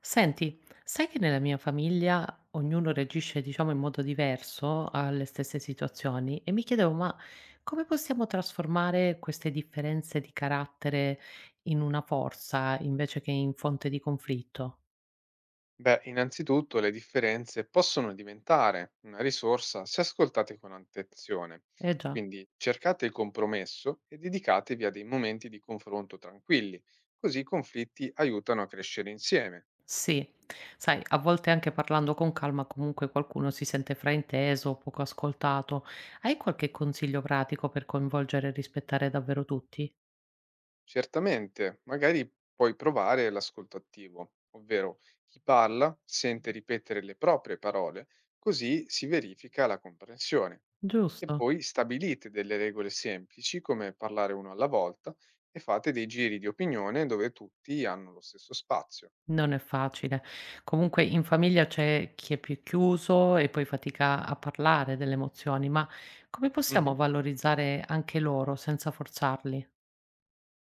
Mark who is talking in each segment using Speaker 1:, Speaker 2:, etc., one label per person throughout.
Speaker 1: Senti, sai che nella mia famiglia ognuno reagisce, diciamo, in modo diverso alle stesse situazioni e mi chiedevo, ma come possiamo trasformare queste differenze di carattere in una forza invece che in fonte di conflitto?
Speaker 2: Beh, innanzitutto le differenze possono diventare una risorsa se ascoltate con attenzione,
Speaker 1: Eh già,
Speaker 2: quindi cercate il compromesso e dedicatevi a dei momenti di confronto tranquilli, così i conflitti aiutano a crescere insieme.
Speaker 1: sì. Sai, a volte anche parlando con calma comunque qualcuno si sente frainteso, poco ascoltato. Hai qualche consiglio pratico per coinvolgere e rispettare davvero tutti?
Speaker 2: Certamente, magari puoi provare l'ascolto attivo, ovvero chi parla sente ripetere le proprie parole, così si verifica la comprensione. E
Speaker 1: Giusto?
Speaker 2: poi stabilite delle regole semplici come parlare uno alla volta e fate dei giri di opinione dove tutti hanno lo stesso spazio.
Speaker 1: Non è facile. Comunque in famiglia c'è chi è più chiuso e poi fatica a parlare delle emozioni, ma come
Speaker 2: Mhm.
Speaker 1: possiamo valorizzare anche loro senza forzarli?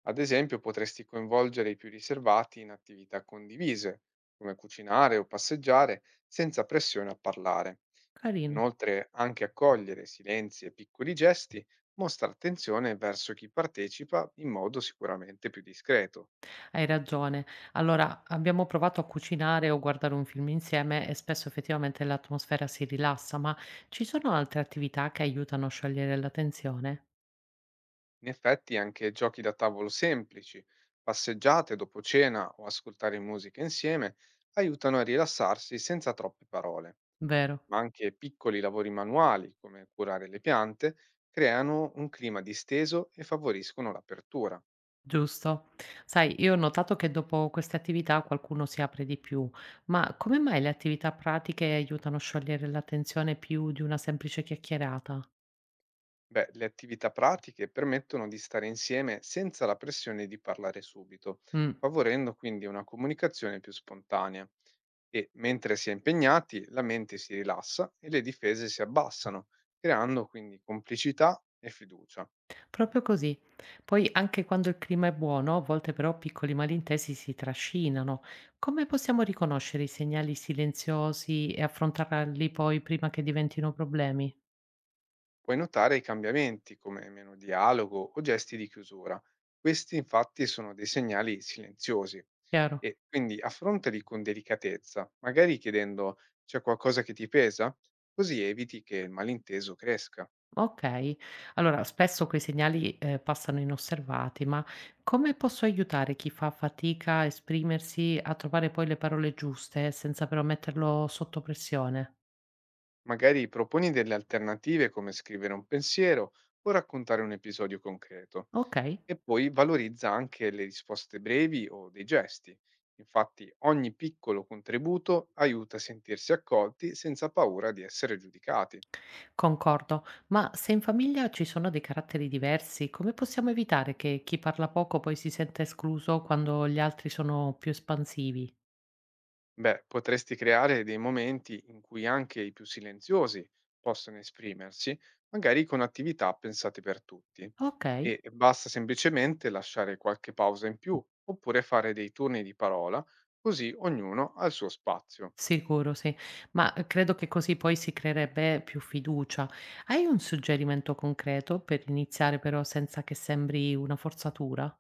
Speaker 2: Ad esempio, potresti coinvolgere i più riservati in attività condivise, come cucinare o passeggiare, senza pressione a parlare.
Speaker 1: Carino,
Speaker 2: Inoltre, anche accogliere silenzi e piccoli gesti mostra attenzione verso chi partecipa in modo sicuramente più discreto.
Speaker 1: hai ragione. Allora, abbiamo provato a cucinare o guardare un film insieme e spesso effettivamente l'atmosfera si rilassa, ma ci sono altre attività che aiutano a sciogliere la tensione?
Speaker 2: In effetti, anche giochi da tavolo semplici, passeggiate dopo cena o ascoltare musica insieme aiutano a rilassarsi senza troppe parole.
Speaker 1: Vero?
Speaker 2: Ma anche piccoli lavori manuali, come curare le piante, creano un clima disteso e favoriscono l'apertura.
Speaker 1: Giusto. Sai, io ho notato che dopo queste attività qualcuno si apre di più, ma come mai le attività pratiche aiutano a sciogliere l'attenzione più di una semplice chiacchierata?
Speaker 2: Beh, le attività pratiche permettono di stare insieme senza la pressione di parlare subito,
Speaker 1: Mm,
Speaker 2: favorendo quindi una comunicazione più spontanea. E mentre si è impegnati, la mente si rilassa e le difese si abbassano, creando quindi complicità e fiducia.
Speaker 1: proprio così. Poi anche quando il clima è buono, a volte però piccoli malintesi si trascinano. Come possiamo riconoscere i segnali silenziosi e affrontarli poi prima che diventino problemi?
Speaker 2: Puoi notare i cambiamenti come meno dialogo o gesti di chiusura. Questi infatti sono dei segnali silenziosi
Speaker 1: Chiaro?
Speaker 2: e quindi affrontali con delicatezza, magari chiedendo c'è qualcosa che ti pesa, così eviti che il malinteso cresca.
Speaker 1: Okay. Allora, spesso quei segnali, passano inosservati, ma come posso aiutare chi fa fatica a esprimersi a trovare poi le parole giuste senza però metterlo sotto pressione?
Speaker 2: Magari proponi delle alternative come scrivere un pensiero o raccontare un episodio concreto.
Speaker 1: Okay,
Speaker 2: E poi valorizza anche le risposte brevi o dei gesti. Infatti ogni piccolo contributo aiuta a sentirsi accolti senza paura di essere giudicati.
Speaker 1: concordo. Ma se in famiglia ci sono dei caratteri diversi, come possiamo evitare che chi parla poco poi si senta escluso quando gli altri sono più espansivi?
Speaker 2: Beh, potresti creare dei momenti in cui anche i più silenziosi possono esprimersi, magari con attività pensate per tutti.
Speaker 1: Okay.
Speaker 2: E basta semplicemente lasciare qualche pausa in più oppure fare dei turni di parola, così ognuno ha il suo spazio.
Speaker 1: Sicuro, sì. Ma credo che così poi si creerebbe più fiducia. Hai un suggerimento concreto per iniziare però senza che sembri una forzatura?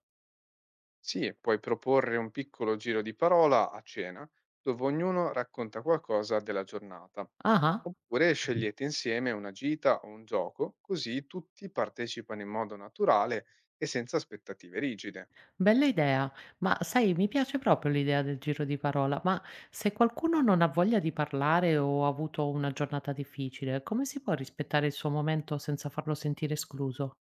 Speaker 2: Sì, puoi proporre un piccolo giro di parola a cena, dove ognuno racconta qualcosa della giornata.
Speaker 1: Ah-ah,
Speaker 2: Oppure scegliete insieme una gita o un gioco, così tutti partecipano in modo naturale e senza aspettative rigide.
Speaker 1: bella idea. Ma sai, mi piace proprio l'idea del giro di parola, ma se qualcuno non ha voglia di parlare o ha avuto una giornata difficile, come si può rispettare il suo momento senza farlo sentire escluso?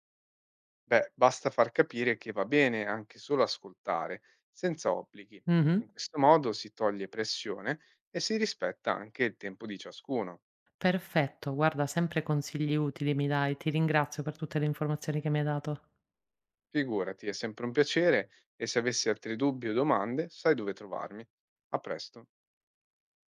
Speaker 2: Beh, basta far capire che va bene anche solo ascoltare, senza obblighi.
Speaker 1: Mh-mh.
Speaker 2: In questo modo si toglie pressione e si rispetta anche il tempo di ciascuno.
Speaker 1: Perfetto, guarda sempre consigli utili mi dai. Ti ringrazio per tutte le informazioni che mi hai dato.
Speaker 2: Figurati, è sempre un piacere e se avessi altri dubbi o domande, sai dove trovarmi. A presto.